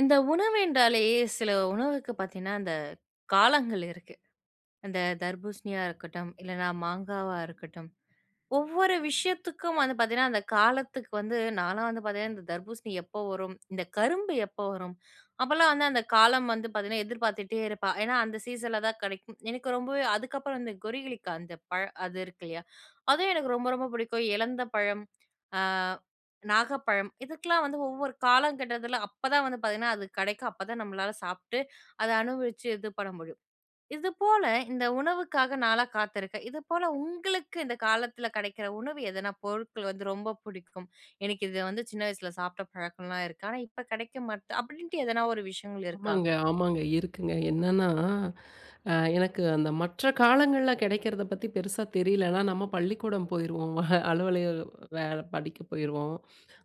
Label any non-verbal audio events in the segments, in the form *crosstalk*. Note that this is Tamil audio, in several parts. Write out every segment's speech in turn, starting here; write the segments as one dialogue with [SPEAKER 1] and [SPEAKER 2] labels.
[SPEAKER 1] இந்த உணவு என்றாலே சில உணவுக்கு பார்த்தீங்கன்னா, அந்த காலங்கள் இருக்கு. அந்த தர்பூசணியா இருக்கட்டும், இல்லன்னா மாங்காவா இருக்கட்டும், ஒவ்வொரு விஷயத்துக்கும் வந்து பார்த்தீங்கன்னா, அந்த காலத்துக்கு வந்து நான்லாம் வந்து பார்த்தீங்கன்னா, இந்த தர்பூசணி எப்போ வரும்? இந்த கரும்பு எப்போ வரும்? அப்பலாம் வந்து அந்த காலம் வந்து பார்த்தீங்கன்னா, எதிர்பார்த்துட்டே இருப்பா. ஏன்னா, அந்த சீசன்ல தான் கிடைக்கும். எனக்கு ரொம்பவே அதுக்கப்புறம் இந்த கொரிகளிக்கா அந்த பழ அது இருக்கு இல்லையா? அதுவும் எனக்கு ரொம்ப ரொம்ப பிடிக்கும். இலந்த பழம், ஆ நாகப்பழம் இதுக்கெல்லாம் வந்து ஒவ்வொரு காலகட்டத்தில அப்பதான் வந்து பார்த்தீங்கன்னா, அது கிடைக்கும். அப்பதான் நம்மளால சாப்பிட்டு, அத அனுபவிச்சு இது பண்ண முடியும். இது போல இந்த உணவுக்காக நாளாக காத்திருக்கேன். இது போல உங்களுக்கு இந்த காலத்தில கிடைக்கிற உணவு எதனா பொருட்கள் வந்து ரொம்ப பிடிக்கும். எனக்கு இது வந்து சின்ன வயசுல சாப்பிட்ட பழக்கம்லாம் இருக்கு. ஆனா இப்ப கிடைக்க மாட்டுது அப்படின்ட்டு எதனா ஒரு விஷயங்கள் இருக்கா?
[SPEAKER 2] ஆமாங்க, ஆமாங்க. இருக்குங்க. என்னன்னா, எனக்கு அந்த மற்ற காலங்கள்ல கிடைக்கிறத பத்தி பெருசா தெரியல. ஆனா, நம்ம பள்ளிக்கூடம் போயிருவோம். *laughs* அலுவலக வேலை படிக்க போயிருவோம்.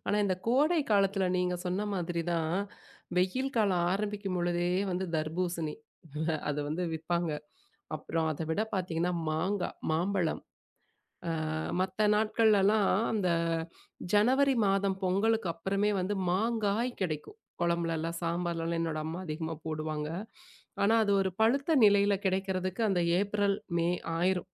[SPEAKER 2] ஆனா, இந்த கோடை காலத்துல நீங்க சொன்ன மாதிரி தான், வெயில் காலம் ஆரம்பிக்கும் பொழுதே வந்து தர்பூசணி *laughs* அது வந்து விப்பாங்க. அப்புறம் அத விட பார்த்தீங்கன்னா, மாங்கா, மாம்பழம். அ மத்த நாட்கள்லலாம் அந்த ஜனவரி மாதம் பொங்கலுக்கு அப்புறமே வந்து மாங்காய் கிடைக்கும். குழம்புலலாம், சாம்பார்லலாம் என்னோட அம்மா அதிகமா போடுவாங்க. ஆனா, அது ஒரு பழுத்த நிலையில கிடைக்கிறதுக்கு அந்த ஏப்ரல், மே ஆயிரும்.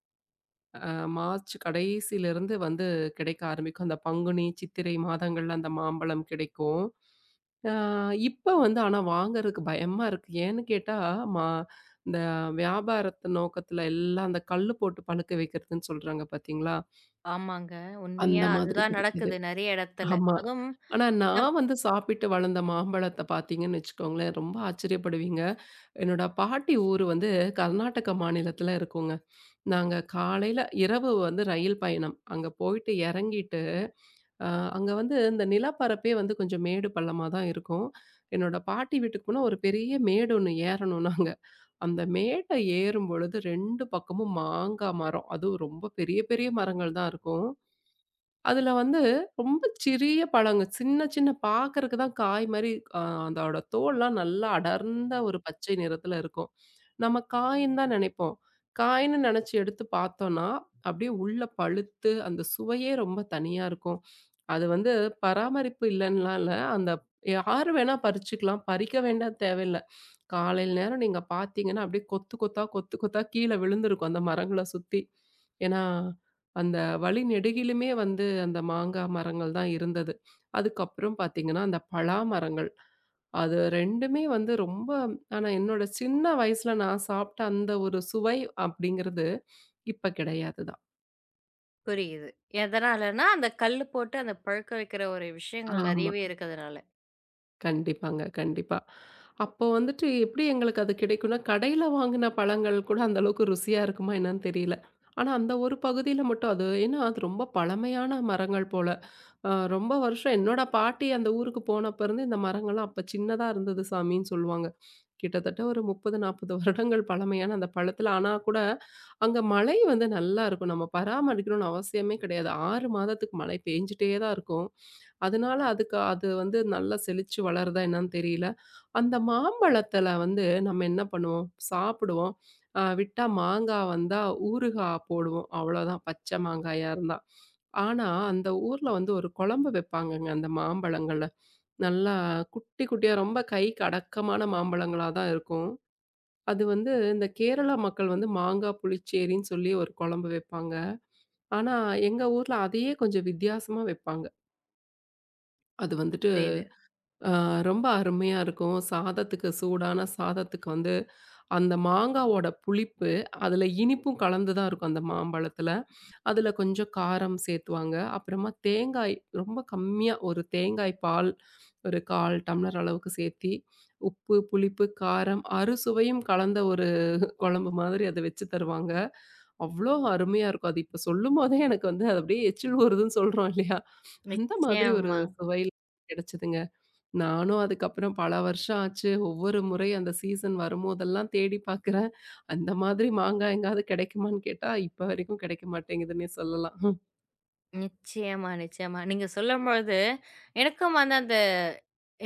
[SPEAKER 2] அ மார்ச் கடைசியிலருந்து வந்து கிடைக்க ஆரம்பிக்கும். அந்த பங்குனி, சித்திரை மாதங்கள்ல அந்த மாம்பழம் கிடைக்கும். அ இப்ப வந்து ஆனா வாங்குறதுக்கு பயமா இருக்கு. ஏன்னு கேட்டா, மா இந்த வியாபாரத்து நோக்கத்துல எல்லாம் அந்த கல்லு போட்டு பழுக்க வைக்கிறதுன்னு சொல்றாங்க பார்த்தீங்களா?
[SPEAKER 1] ஆமாங்க.
[SPEAKER 2] அந்த
[SPEAKER 1] உண்மையா
[SPEAKER 2] மாதிரி
[SPEAKER 1] அதுதான்
[SPEAKER 2] கிடைக்குது.
[SPEAKER 1] நடக்குது நெறைய இடத்துல.
[SPEAKER 2] ஆமா.
[SPEAKER 1] அதுவும்
[SPEAKER 2] ஆனா
[SPEAKER 1] நம்
[SPEAKER 2] நான் வந்து சாப்பிட்டு வளர்ந்த மாம்பழத்த பார்த்தீங்கன்னு வச்சுக்கோங்களேன், ரொம்ப ஆச்சரியப்படுவீங்க. என்னோட பாட்டி ஊர் வந்து கர்நாடக மாநிலத்தில இருக்குங்க. நாங்க காலையில இரவு வந்து ரயில் பயணம். அங்க போயிட்டு இறங்கிட்டு, அ அங்க வந்து இந்த நிலப்பரப்பே வந்து கொஞ்சம் மேடு பள்ளமா தான் இருக்கும். என்னோட பாட்டி வீட்டுக்கு போனா ஒரு பெரிய மேடு ஒண்ணு ஏறணும் நாங்க. அந்த மேட்ட ஏறும் பொழுது 2 பக்கமும் மாங்கா மரம். அதுவும் ரொம்ப பெரிய பெரிய மரங்கள் தான் இருக்கும். அதுல வந்து ரொம்ப சிறிய பழங்க. சின்ன சின்ன பார்க்கறக்கு தான் காய் மாரி. அ அதோட தோல்லாம் நல்லா அடர்ந்த ஒரு பச்சை நிறத்துல இருக்கும். நம்ம காயின்னு தான் நெனைப்போம். காயின்னு நெனைச்சு எடுத்து பார்த்தோம்னா, அப்படியே உள்ள பழுத்து அந்த சுவையே ரொம்ப தனியா இருக்கும். அது வந்து பராமரிப்பு இல்லன்லாம் இல்ல. அந்த யாரு வேணா பறிச்சுக்கலாம். பறிக்க வேண்டாம், தேவையில்ல. காலையில நேரம் நீங்க பார்த்தீங்கன்னா, அப்படியே கொத்து கொத்தா, கொத்து கொத்தா கீழ விழுந்திருக்கும் அந்த மரங்கள சுத்தி. ஏன்னா அந்த வழி நெடுகிலுமே வந்து அந்த மாங்கா மரங்கள் தான் இருந்தது. அதுக்கப்புறம் பார்த்தீங்கன்னா, அந்த பலா மரங்கள். அது 2மே வந்து ரொம்ப. ஆனா என்னோட சின்ன வயசுல நான் சாப்பிட்ட அந்த ஒரு சுவை அப்படிங்கிறது இப்ப கிடையாது தான்.
[SPEAKER 1] புரியுது. எதனாலன்னா அந்த கல்லு போட்டு அந்த பழுக்க வைக்கிற ஒரு விஷயங்கள்
[SPEAKER 2] ஆமா.
[SPEAKER 1] நெறையவே இருக்கிறதுனால.
[SPEAKER 2] கண்டிப்பாங்க, கண்டிப்பா. அப்போ வந்துட்டு எப்படி எங்களுக்கு அது கிடைக்கும்னா, கடையில வாங்குன பழங்கள் கூட அந்த அளவுக்கு ருசியா இருக்குமா என்னன்னு தெரியல. ஆனா, அந்த ஒரு பகுதியில மட்டும் அது ஏன்னா அது ரொம்ப பழமையான மரங்கள் போல. ரொம்ப வருஷம் என்னோட பாட்டி அந்த ஊருக்கு போனப்பருந்து இந்த மரங்கள்லாம் அப்ப சின்னதா இருந்தது சாமின்னு சொல்லுவாங்க. கிட்டத்தட்ட ஒரு 30, 40 வருடங்கள் பழமையான அந்த பழத்தில ஆனா கூட, அங்க மழை வந்து நல்லா இருக்கும். நம்ம பராமரிக்கணும்னு அவசியமே கிடையாது. 6 மாதத்துக்கு மழை பெஞ்சுட்டே தான் இருக்கும். அதனால அதுக்கு அது வந்து நல்லா செழிச்சு வளருதா என்னன்னு தெரியல. அந்த மாம்பழத்தில வந்து நம்ம என்ன பண்ணுவோம், சாப்பிடுவோம். விட்டா மாங்காய் வந்தா ஊறுகாய் போடுவோம். அவ்வளோதான் பச்சை மாங்காயா இருந்தா. ஆனா, அந்த ஊர்ல வந்து ஒரு குழம்பு வைப்பாங்கங்க அந்த மாம்பழங்கள்ல. நல்லா குட்டி குட்டியா ரொம்ப கைக்கு அடக்கமான மாம்பழங்களா தான் இருக்கும். அது வந்து இந்த கேரளா மக்கள் வந்து மாங்காய் புளிச்சேரின்னு சொல்லி ஒரு குழம்பு வைப்பாங்க. ஆனா, எங்க ஊர்ல அதையே கொஞ்சம் வித்தியாசமா வைப்பாங்க. அது வந்துட்டு
[SPEAKER 1] புரியுது.
[SPEAKER 2] அ ரொம்ப அருமையா இருக்கும். சாதத்துக்கு சூடான சாதத்துக்கு வந்து அந்த மாங்காவோட புளிப்பு, அதுல இனிப்பும் கலந்து தான் இருக்கும் அந்த மாம்பழத்துல. அதுல கொஞ்சம் காரம் சேத்துவாங்க. அப்புறமா தேங்காய் ரொம்ப கம்மியா ஒரு தேங்காய் பால் ஒரு 1/4 டம்ளர் அளவுக்கு சேத்தி, உப்பு, புளிப்பு, காரம், அறுசுவையும் கலந்த ஒரு குழம்பு மாதிரி அத வச்சு தருவாங்க. அவ்ளோ அருமையா இருக்கும். அது இப்ப சொல்லும்போதே எனக்கு வந்து அது அப்படியே எச்சில் ஊறுதுன்னு சொல்றோம் இல்லையா? அந்த மாதிரி ஒரு
[SPEAKER 1] நிச்சயமா,
[SPEAKER 2] சுவையில கிடைச்சதுங்க. நானும் அதுக்கப்புறம் பல வருஷம் ஆச்சு. ஒவ்வொரு முறை அந்த சீசன் வரும்போதெல்லாம் தேடி பார்க்குறேன். அந்த மாதிரி மாங்காய் எங்கேயாவது கிடைக்குமான்னு கேட்டா, இப்ப வரைக்கும் கிடைக்க மாட்டேங்குதுன்னே சொல்லலாம்.
[SPEAKER 1] நிச்சயமா, நிச்சயமா. நீங்க சொல்லும்பொழுது எனக்கும் வந்து அந்த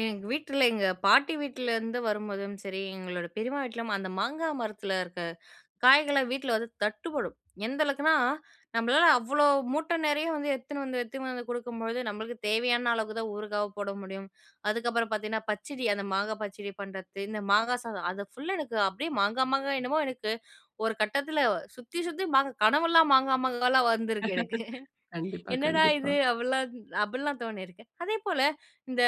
[SPEAKER 1] எங்க வீட்ல எங்க பாட்டி வீட்லருந்து வரும்போதும் சரி, எங்களோட பெரியம்மா வீட்லயும் அந்த மாங்கா மரத்துல இருக்க காய்கள்லாம் வீட்ல வந்து தட்டுப்படும். எந்த அளவுக்குன்னா, நம்மளால அவ்ளோ மூட்டை நெறைய வந்து எடுத்துன்னு வந்து எடுத்துன்னு வந்து குடுக்கும்பொழுது, நம்மளுக்கு தேவையான அளவுக்கு தான் ஊறுகாவா போட முடியும். அதுக்கப்புறம் பார்த்தீங்கன்னா, பச்சடி அந்த மாங்கா பச்சடி பண்றது, இந்த மாங்கா சாதம் அது ஃபுல்லா எனக்கு அப்படியே மாங்கா மாங்கா என்னமோ எனக்கு ஒரு கட்டத்துல சுத்தி சுத்தி மாங்கா கனவெல்லாம் மாங்கா மாங்காலாம் வந்திருக்கு எனக்கு.
[SPEAKER 2] கண்டிப்பா,
[SPEAKER 1] என்னடா
[SPEAKER 2] கண்டிப்பா.
[SPEAKER 1] இது! அப்பிட்லாம் அப்பிட்லாம் தோணியிருக்கு. அதேபோல இந்த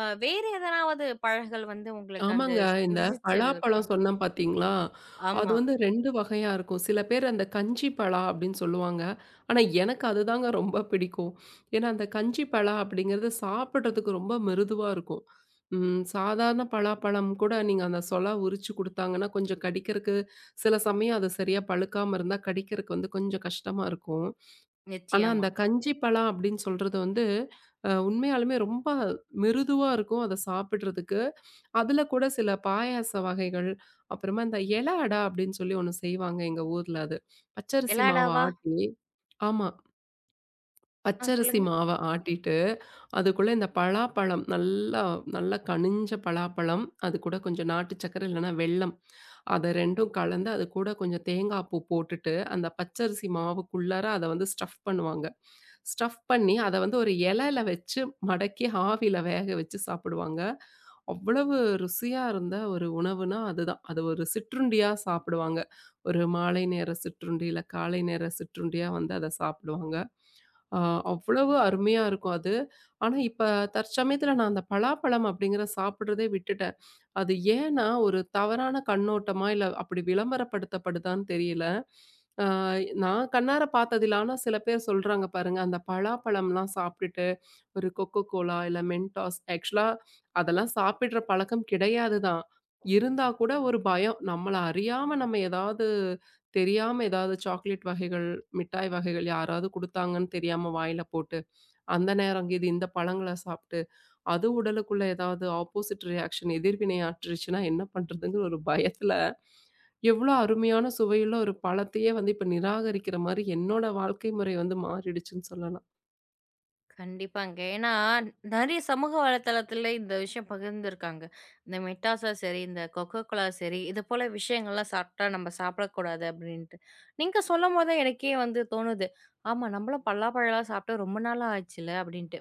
[SPEAKER 1] வேறு எதனாவது பழங்கள் வந்து உங்களுக்கு அந்த
[SPEAKER 2] ஆமாங்க. இந்த
[SPEAKER 1] ருசிச்சது இருக்கா?
[SPEAKER 2] பலாப்பழம் சொன்னேன் பார்த்தீங்களா? அது
[SPEAKER 1] ஆமா,
[SPEAKER 2] வந்து 2 வகையா இருக்கும். சில பேர் அந்த கஞ்சி பலா அப்படின்னு சொல்லுவாங்க. ஆனா எனக்கு அதுதாங்க ரொம்ப பிடிக்கும். ஏன்னா, அந்த கஞ்சி பலா அப்படிங்கிறது சாப்பிடுறதுக்கு ரொம்ப மிருதுவா இருக்கும். சாதாரண பலாப்பழம் கூட நீங்க அந்த சொலா உரிச்சு குடுத்தாங்கன்னா, கொஞ்சம் கடிக்கிறக்கு சில சமயம் அது சரியா பழுக்காம இருந்தா கடிக்கிறக்கு வந்து கொஞ்சம் கஷ்டமா இருக்கும். ஆனா,
[SPEAKER 1] நிச்சயமா.
[SPEAKER 2] அந்த கஞ்சி பழம் அப்படின்னு சொல்றது வந்து, உண்மையாலுமே ரொம்ப மிருதுவா இருக்கும். அத சாப்பிடுறதுக்கு. அதுல கூட சில பாயாச வகைகள், அப்புறமா இந்த இல அடா அப்படின்னு சொல்லி ஒண்ணு செய்வாங்க எங்க ஊர்ல அது. பச்சரிசி மாவ
[SPEAKER 1] எலாடாவா?
[SPEAKER 2] ஆட்டி. ஆமா. பச்சரிசி
[SPEAKER 1] சொல்லுங்க.
[SPEAKER 2] மாவ ஆட்டிட்டு, அதுக்குள்ள இந்த பலாப்பழம் நல்லா நல்லா கனிஞ்ச பலாப்பழம், அது கூட கொஞ்சம் நாட்டு சர்க்கரை இல்லன்னா வெல்லம். அத 2ம் கலந்து, அது கூட கொஞ்சம் தேங்காய் பூ போட்டுட்டு, அந்த பச்சரிசி மாவுக்குள்ளார அத வந்து ஸ்டஃப் பண்ணுவாங்க. ஸ்டஃப் பண்ணி அத வந்து ஒரு இலையில வச்சு மடக்கி ஆவியில வேக வச்சு சாப்பிடுவாங்க. அவ்வளவு ருசியா இருந்த ஒரு உணவுனா அதுதான். அது ஒரு சிற்றுண்டியா சாப்பிடுவாங்க. ஒரு மாலை நேர சிற்றுண்டி, இல்ல காலை நேர சிற்றுண்டியா வந்து அத சாப்பிடுவாங்க. அ அவ்வளவு அருமையா இருக்கும் அது. ஆனா இப்ப தற்சமயத்துல நான் அந்த பலாப்பழம் அப்படிங்கிற சாப்பிடுறதே விட்டுட்டேன். அது ஏன்னா, ஒரு தவறான கண்ணோட்டமா, இல்ல அப்படி விளம்பரப்படுத்தப்படுதான்னு தெரியல. ஆ நான் கண்ணார பார்த்ததில்ல. ஆனா சில பேர் சொல்றாங்க பாருங்க, அந்த பலாப்பழம்லாம் சாப்பிட்டுட்டு, ஒரு கொக்கோ கோலா, இல்ல மென்டாஸ் ஆக்சுவலா அதெல்லாம் சாப்பிடுற பழக்கம் கிடையாது தான். இருந்தா கூட ஒரு பயம். நம்மள அறியாம நம்ம ஏதாவது தெரியாம ஏதாவது சாக்லேட் வகைகள், மிட்டாய் வகைகள் யாராவது குடுத்தாங்கன்னு தெரியாம வாயில போட்டு, அந்த நேரம் இது இந்த பழங்கள சாப்ட்டு அது உடலுக்குள்ள ஏதாவது ஆப்போசிட் ரியாக்ஷன் எதிர்வினை ஆற்றுச்சுன்னா என்ன பண்றதுங்கிற ஒரு பயத்துல, எவ்வளோ அருமையான சுவையுள்ள ஒரு பழத்தையே வந்து இப்ப நிராகரிக்கிற மாரி என்னோட வாழ்க்கை முறை வந்து மாறிடுச்சுன்னு சொல்லலாம்.
[SPEAKER 1] கண்டிப்பாங்க. ஏன்னா, நெறைய சமூக வலைதளத்துல இந்த விஷயம் பகிர்ந்திருக்காங்க. இந்த மெட்டாஸா சரி, இந்த கொக்கோ கோலா சரி, இது போல விஷயங்கள்லாம் சாப்பிட்டா நம்ம சாப்பிடக்கூடாது அப்பிடின்ட்டு. நீங்க சொல்லும்போது எனக்கே வந்து தோணுது. ஆமா, நம்மளும் பல்லாப்பழம்லாம் சாப்பிட்டு ரொம்ப நாளா ஆச்சுல்ல அப்பிடின்ட்டு.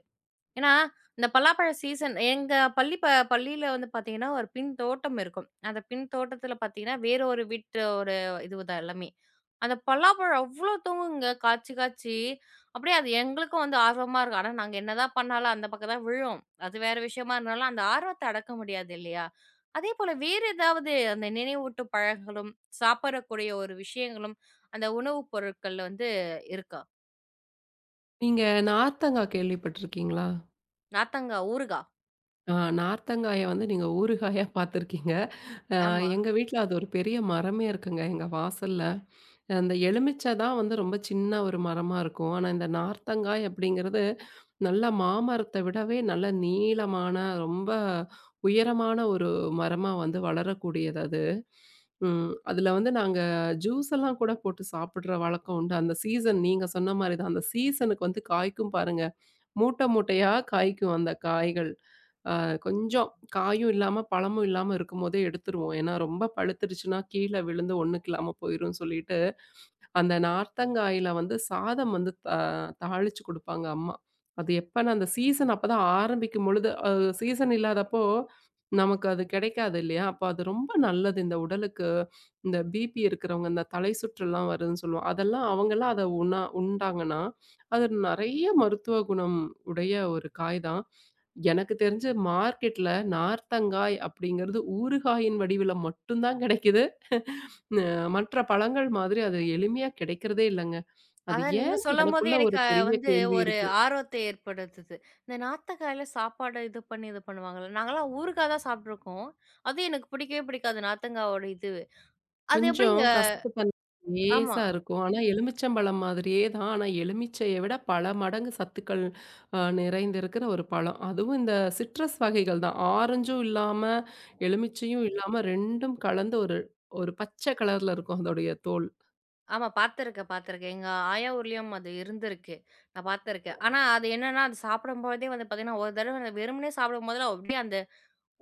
[SPEAKER 1] ஏன்னா, இந்த பலாப்பழ சீசன் எங்க பள்ளியில வந்து பார்த்தீங்கன்னா, ஒரு பின் தோட்டம் இருக்கும். அந்த பின் தோட்டத்தில பார்த்தீங்கன்னா, வேற ஒரு வீட்டு ஒரு இது தான் எல்லாமே. அந்த பலாப்பழம் அவ்ளோ தொங்குங்க காய்ச்சி, காய்ச்சி. அப்படியே அது எங்களுக்கும் வந்து ஆர்வமா இருக்கும். ஆனா, நாங்க என்னதான் பண்ணாலும் அந்த பக்கம் தான் விழும். அது வேற விஷயமா இருந்தாலும், அந்த ஆர்வத்த அடக்க முடியாது இல்லையா? அதேபோல வேறு ஏதாவது அந்த நினைவூட்டும் பழங்களும், சாப்பிடக்கூடிய ஒரு விஷயங்களும், அந்த உணவு பொருட்கள்ல வந்து இருக்கா?
[SPEAKER 2] நீங்க நார்த்தங்கா கேள்விப்பட்டிருக்கீங்களா?
[SPEAKER 1] நார்த்தங்கா, ஊறுகா.
[SPEAKER 2] ஆ நார்த்தங்காய வந்து நீங்க ஊறுகாயா பார்த்துருக்கீங்க. அ
[SPEAKER 1] ஆமா.
[SPEAKER 2] எங்க வீட்ல அது ஒரு பெரிய மரமே இருக்குங்க எங்க வாசல்ல. அந்த எலுமிச்சை தான் வந்து ரொம்ப சின்ன ஒரு மரமா இருக்கும். ஆனா, இந்த நார்த்தங்காய் அப்படிங்கிறது நல்லா மாமரத்த விடவே நல்ல நீளமான, ரொம்ப உயரமான ஒரு மரமா வந்து வளரக்கூடியது அது. ம். அதில வந்து நாங்க ஜூஸ் எல்லாம் கூட போட்டு சாப்பிடுற வழக்கம் உண்டு. அந்த சீசன் நீங்க சொன்ன மாரி தான். அந்த சீசனுக்கு வந்து காய்க்கும் பாருங்க. மூட்டை மூட்டையா காய்க்கும் அந்த காய்கள். அ கொஞ்சம் காயும் இல்லாம, பழமும் இல்லாம இருக்கும்போதே எடுத்துருவோம். ஏன்னா ரொம்ப பழுத்துருச்சுன்னா கீழ விழுந்து ஒண்ணுக்கு இல்லாம போயிரும்னு சொல்லிட்டு, அந்த நார்த்தங்காயில வந்து சாதம் வந்து தாளிச்சு குடுப்பாங்க அம்மா. அது எப்பன்னா அந்த சீசன் அப்பதான் ஆரம்பிக்கும் பொழுது சீசன் இல்லாதப்போ நமக்கு அது கிடைக்காது இல்லையா? அப்ப அது ரொம்ப நல்லது இந்த உடலுக்கு. இந்த பிபி இருக்கிறவங்க, இந்த தலை சுற்றல்லாம் வருதுன்னு சொல்லுவோம். அதெல்லாம் அவங்கலாம் அத உண்ணா உண்டாங்கன்னா, அது நெறைய மருத்துவ குணம் உடைய ஒரு காய் தான். எனக்கு தெரிஞ்சு மார்க்கெட்ல நார்த்தங்காய் அப்படிங்கிறது ஊறுகாயின் வடிவில மட்டும் தான் கிடைக்குது. அ மற்ற பழங்கள் மாதிரி அது எளிமையா கிடைக்கிறதே இல்லங்க. அது
[SPEAKER 1] அதான் நீங்க
[SPEAKER 2] ஏன்னு
[SPEAKER 1] சொல்லும்போது
[SPEAKER 2] எனக்குள்ள ஒரு
[SPEAKER 1] எனக்கு
[SPEAKER 2] பெரிய
[SPEAKER 1] வந்து
[SPEAKER 2] கேள்வி
[SPEAKER 1] ஒரு
[SPEAKER 2] இருக்கு.
[SPEAKER 1] ஆர்வத்தை ஏற்படுத்துது. இந்த நாத்தக்காயில சாப்பாடு இது பண்ணி இது பண்ணுவாங்கல்ல. நாங்கலாம் ஊறுகா தான் சாப்ட்டுருக்கோம். அதுவும் எனக்கு பிடிக்கவே பிடிக்காது நாத்தங்காவோட இது. அது
[SPEAKER 2] கொஞ்சம்
[SPEAKER 1] எப்படிங்க?
[SPEAKER 2] கசப்புத்தன்மை
[SPEAKER 1] ஆமா,
[SPEAKER 2] லேசா இருக்கும். ஆனா எலுமிச்சம்பழம் மாதிரியே தான். ஆனா எலுமிச்சைய விட பல மடங்கு சத்துக்கள் நிறைந்திருக்கிற ஒரு பழம். அதுவும் இந்த சிட்ரஸ் வகைகள் தான். ஆரஞ்சும் இல்லாம, எலுமிச்சையும் இல்லாம 2ம் கலந்து ஒரு ஒரு பச்சை கலர்ல இருக்கும் அதோடைய தோல்.
[SPEAKER 1] ஆமா, பார்த்துருக்கேன், பார்த்துருக்கேன். எங்க ஆயா ஊர்லயும் அது இருந்திருக்கு. நான் பார்த்துருக்கேன். ஆனா அது என்னன்னா, அது சாப்பிடும்போதே வந்து பார்த்தீங்கன்னா, ஒரு தடவ நான் வெறுமனே சாப்பிடும்போதெல்லாம் அப்படியே அந்த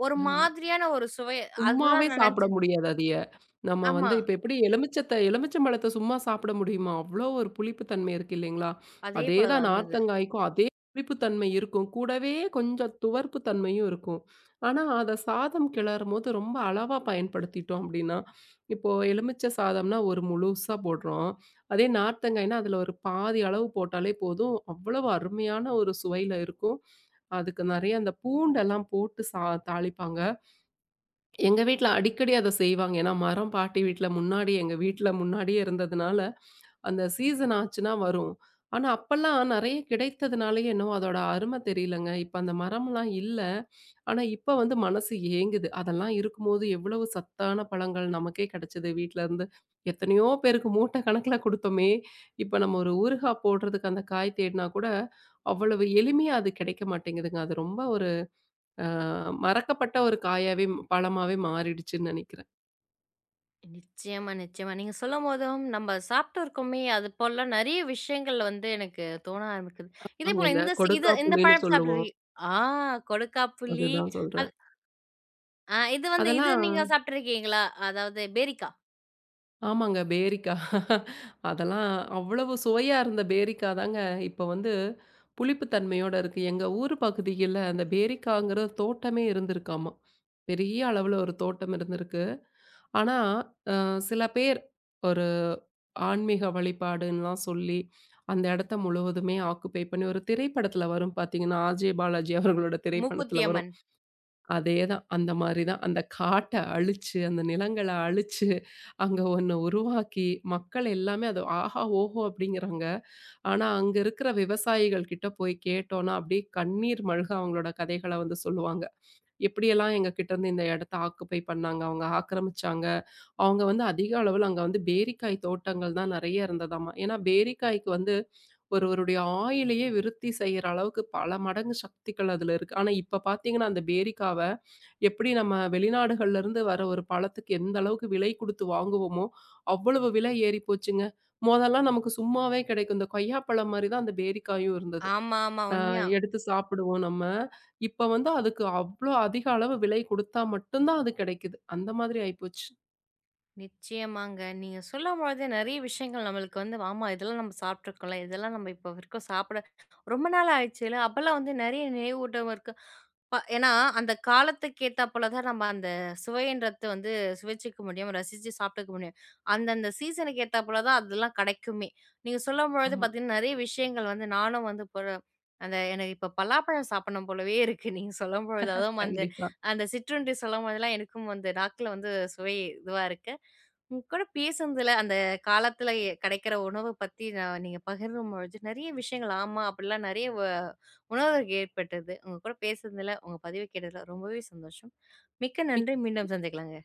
[SPEAKER 1] ஒரு
[SPEAKER 2] ஆ.
[SPEAKER 1] மாதிரியான ஒரு சுவை
[SPEAKER 2] சும்மாவே
[SPEAKER 1] அதுதான் நான்
[SPEAKER 2] சாப்பிட
[SPEAKER 1] நெனச்சேன்.
[SPEAKER 2] முடியாது அதய. நம்ம வந்து
[SPEAKER 1] ஆமா.
[SPEAKER 2] இப்ப எப்படி எலுமிச்சத்த எலுமிச்சம் பழத்த சும்மா சாப்பிட முடியுமா? அவ்ளோ ஒரு புளிப்பு தன்மை இருக்கு இல்லைங்களா?
[SPEAKER 1] அதே
[SPEAKER 2] அதே
[SPEAKER 1] போல
[SPEAKER 2] தான்
[SPEAKER 1] தான் இருந்தது.
[SPEAKER 2] நார்த்தங்காய்க்கும் அதே புளிப்பு தன்மை இருக்கும். கூடவே கொஞ்சம் துவர்ப்பு தன்மையும் இருக்கும். ஆனா, அத சாதம் கிளறும்போது ரொம்ப அளவா பயன்படுத்திட்டோம் அப்படின்னா, இப்போ எலுமிச்சை சாதம்னா ஒரு முழுசா போடுறோம். அதே நார்த்தங்காய்னா அதுல ஒரு பாதி அளவு போட்டாலே போதும். அவ்வளவு அருமையான ஒரு சுவையில இருக்கும். அதுக்கு நெறைய அந்த பூண்டெல்லாம் போட்டு தாளிப்பாங்க. எங்க வீட்ல அடிக்கடி அத செய்வாங்க. ஏன்னா, மரம் பாட்டி வீட்ல முன்னாடி எங்க வீட்ல முன்னாடியே இருந்ததுனால, அந்த சீசன் ஆச்சுன்னா வரும். ஆனா, அப்பல்லாம் நெறைய கிடைத்ததுனாலயே என்னவோ அதோட அரும தெரியலங்க. இப்ப அந்த மரம்லாம் இல்ல. ஆனா, இப்ப வந்து மனசு ஏங்குது. அதெல்லாம் இருக்கும்போது எவ்வளவு சத்தான பழங்கள் நமக்கே கிடைச்சது வீட்லருந்து. எத்தனையோ பேருக்கு மூட்டை கணக்குல குடுத்தோமே! இப்ப நம்ம ஒரு ஊறுகாய் போடுறதுக்கு அந்த காய் தேடினா கூட, அவ்வளவு எளிமையா அது கிடைக்க மாட்டேங்குதுங்க. அது ரொம்ப ஒரு அ மறக்கப்பட்ட ஒரு காயாவே பழமாவே மாறிடுச்சுன்னு நெனைக்கிறேன்.
[SPEAKER 1] நிச்சயமா, நிச்சயமா. நீங்க சொல்லும்போதும், நம்ம சாப்பிட்டு இருக்கோமே, அது போல நெறைய விஷயங்கள் வந்து எனக்கு தோண ஆரம்பிக்குது.
[SPEAKER 2] நாங்க
[SPEAKER 1] இதேபோல
[SPEAKER 2] இந்த
[SPEAKER 1] இந்த சி
[SPEAKER 2] கொடுக்கா
[SPEAKER 1] இது இந்த
[SPEAKER 2] புளின்னு
[SPEAKER 1] பழம்
[SPEAKER 2] சொல்லுவோம்.
[SPEAKER 1] சாப்பிட்டுருக்கீ ஆ கொடுக்காப்புளி.
[SPEAKER 2] அதுதான்
[SPEAKER 1] அது
[SPEAKER 2] சொல்றேன்.
[SPEAKER 1] இது வந்து இது நீங்க
[SPEAKER 2] அதெல்லாம்
[SPEAKER 1] சாப்பிட்டுருக்கீங்களா? அதாவது பேரிக்கா,
[SPEAKER 2] ஆமாங்க பேரிக்கா. *laughs* அதெல்லாம் அவ்வளவு சுவையா இருந்த பேரிக்கா தாங்க இப்ப வந்து புளிப்பு தன்மையோட இருக்கு. எங்க ஊர் பகுதியில அந்த பேரிக்காங்கிற ஒரு தோட்டமே இருந்திருக்காமா. பெரிய அளவுல ஒரு தோட்டம் இருந்திருக்கு. ஆனா சில பேர் ஒரு ஆன்மீக வழிபாடுன்னுலாம் சொல்லி, அந்த இடத்த முழுவதுமே ஆக்குபை பண்ணி ஒரு திரைப்படத்துல வரும் பார்த்தீங்கன்னா, அஜய் பாலாஜி அவர்களோட
[SPEAKER 1] மூக்குத்தி
[SPEAKER 2] திரைப்படத்துல வரும்.
[SPEAKER 1] அம்மன்.
[SPEAKER 2] அதேதான் அந்த மாரி தான். அந்த காட்ட அழிச்சு, அந்த நிலங்கள அழிச்சு, அங்க ஒண்ணு உருவாக்கி, மக்கள் எல்லாமே அது ஆஹா! ஓஹோ! அப்படிங்கிறாங்க. ஆனா அங்க இருக்கிற விவசாயிகள் கிட்ட போய் கேட்டோம்னா, அப்படியே கண்ணீர் மல்க அவங்களோட கதைகள வந்து சொல்லுவாங்க. எப்படியெல்லாம் எங்க கிட்ட இருந்து இந்த இடத்த ஆக்குபை பண்ணாங்க, அவங்க ஆக்கிரமிச்சாங்க. அவங்க வந்து அதிக அளவுல அங்க வந்து பேரிக்காய் தோட்டங்கள் தான் நெறைய இருந்ததாமா. ஏன்னா பேரிக்காய்க்கு வந்து ஒருவருடைய ஆயுளையே விருத்தி செய்ற அளவுக்கு பல மடங்கு சக்திகள் அதுல இருக்கு. ஆனா இப்ப பார்த்தீங்கன்னா, அந்த பேரிக்காவ எப்படி நம்ம வெளிநாடுகள்ல இருந்து வர ஒரு பழத்துக்கு எந்த அளவுக்கு விலை குடுத்து வாங்குவோமோ, அவ்வளவு விலை ஏறி போச்சுங்க. மொதல்லாம் நமக்கு சும்மாவே கிடைக்கும். இந்த கொய்யாப்பழம் மாரி தான் அந்த பேரிக்காயும் இருந்தது.
[SPEAKER 1] ஆமா, ஆமா.
[SPEAKER 2] அ
[SPEAKER 1] உண்மையா.
[SPEAKER 2] எடுத்து சாப்பிடுவோம் நம்ம. இப்ப வந்து அதுக்கு அவ்ளோ அதிக அளவு விலை குடுத்தா மட்டும் தான் அது கிடைக்குது. அந்த மாதிரி ஆயிப்போச்சு.
[SPEAKER 1] நிச்சயமாங்க. நீங்க சொல்லும்பொழுதே நெறைய விஷயங்கள் நம்மளுக்கு வந்து, ஆமா, இதெல்லாம் நம்ம சாப்பிட்டுருக்கோம்ல. இதெல்லாம் நம்ம இப்போ வரைக்கும் சாப்பிட ரொம்ப நாள் ஆயிடுச்சுல்ல. அப்பலாம் வந்து நெறைய நினைவூட்டம் இருக்கு. ஏன்னா அந்த காலத்துக்கு ஏத்தாப்போல தான் நம்ம அந்த சுவைன்றது வந்து சுவைச்சுக்க முடியும். ரசிச்சு சாப்பிட்டுக்க முடியும். அந்தந்த சீசனுக்கு ஏத்தாப்போல தான் அதெல்லாம் கெடைக்குமே. நீங்க சொல்லும்பொழுது
[SPEAKER 2] ஆமா,
[SPEAKER 1] பார்த்தீங்கன்னா, நெறைய விஷயங்கள் வந்து நானும் வந்து போற அந்த எனக்கு இப்போ பலாப்பழம் சாப்பிடணும் போலவே இருக்கு. நீங்க சொல்லும்பொழுது. அதுவும் அந்த
[SPEAKER 2] கண்டிப்பா.
[SPEAKER 1] அந்த சிற்றுண்டி சொல்லும்போதெல்லாம் எனக்கும் வந்து நாக்குல வந்து சுவை இதுவா இருக்கு. உங்க கூட பேசுனதுல அந்த காலத்துல கிடைக்கிற உணவு பத்தி நான் நீங்க பகிரும்பொழுது நெறைய விஷயங்கள் ஆமா, அப்படிலாம் நெறைய உணர்வுகள் ஏற்பட்டது. உங்க கூட பேசுனதுல, உங்க பதிவு கேட்டதுல ரொம்பவே சந்தோஷம். மிக்க நன்றி. மீண்டும் சந்திக்கலாங்க.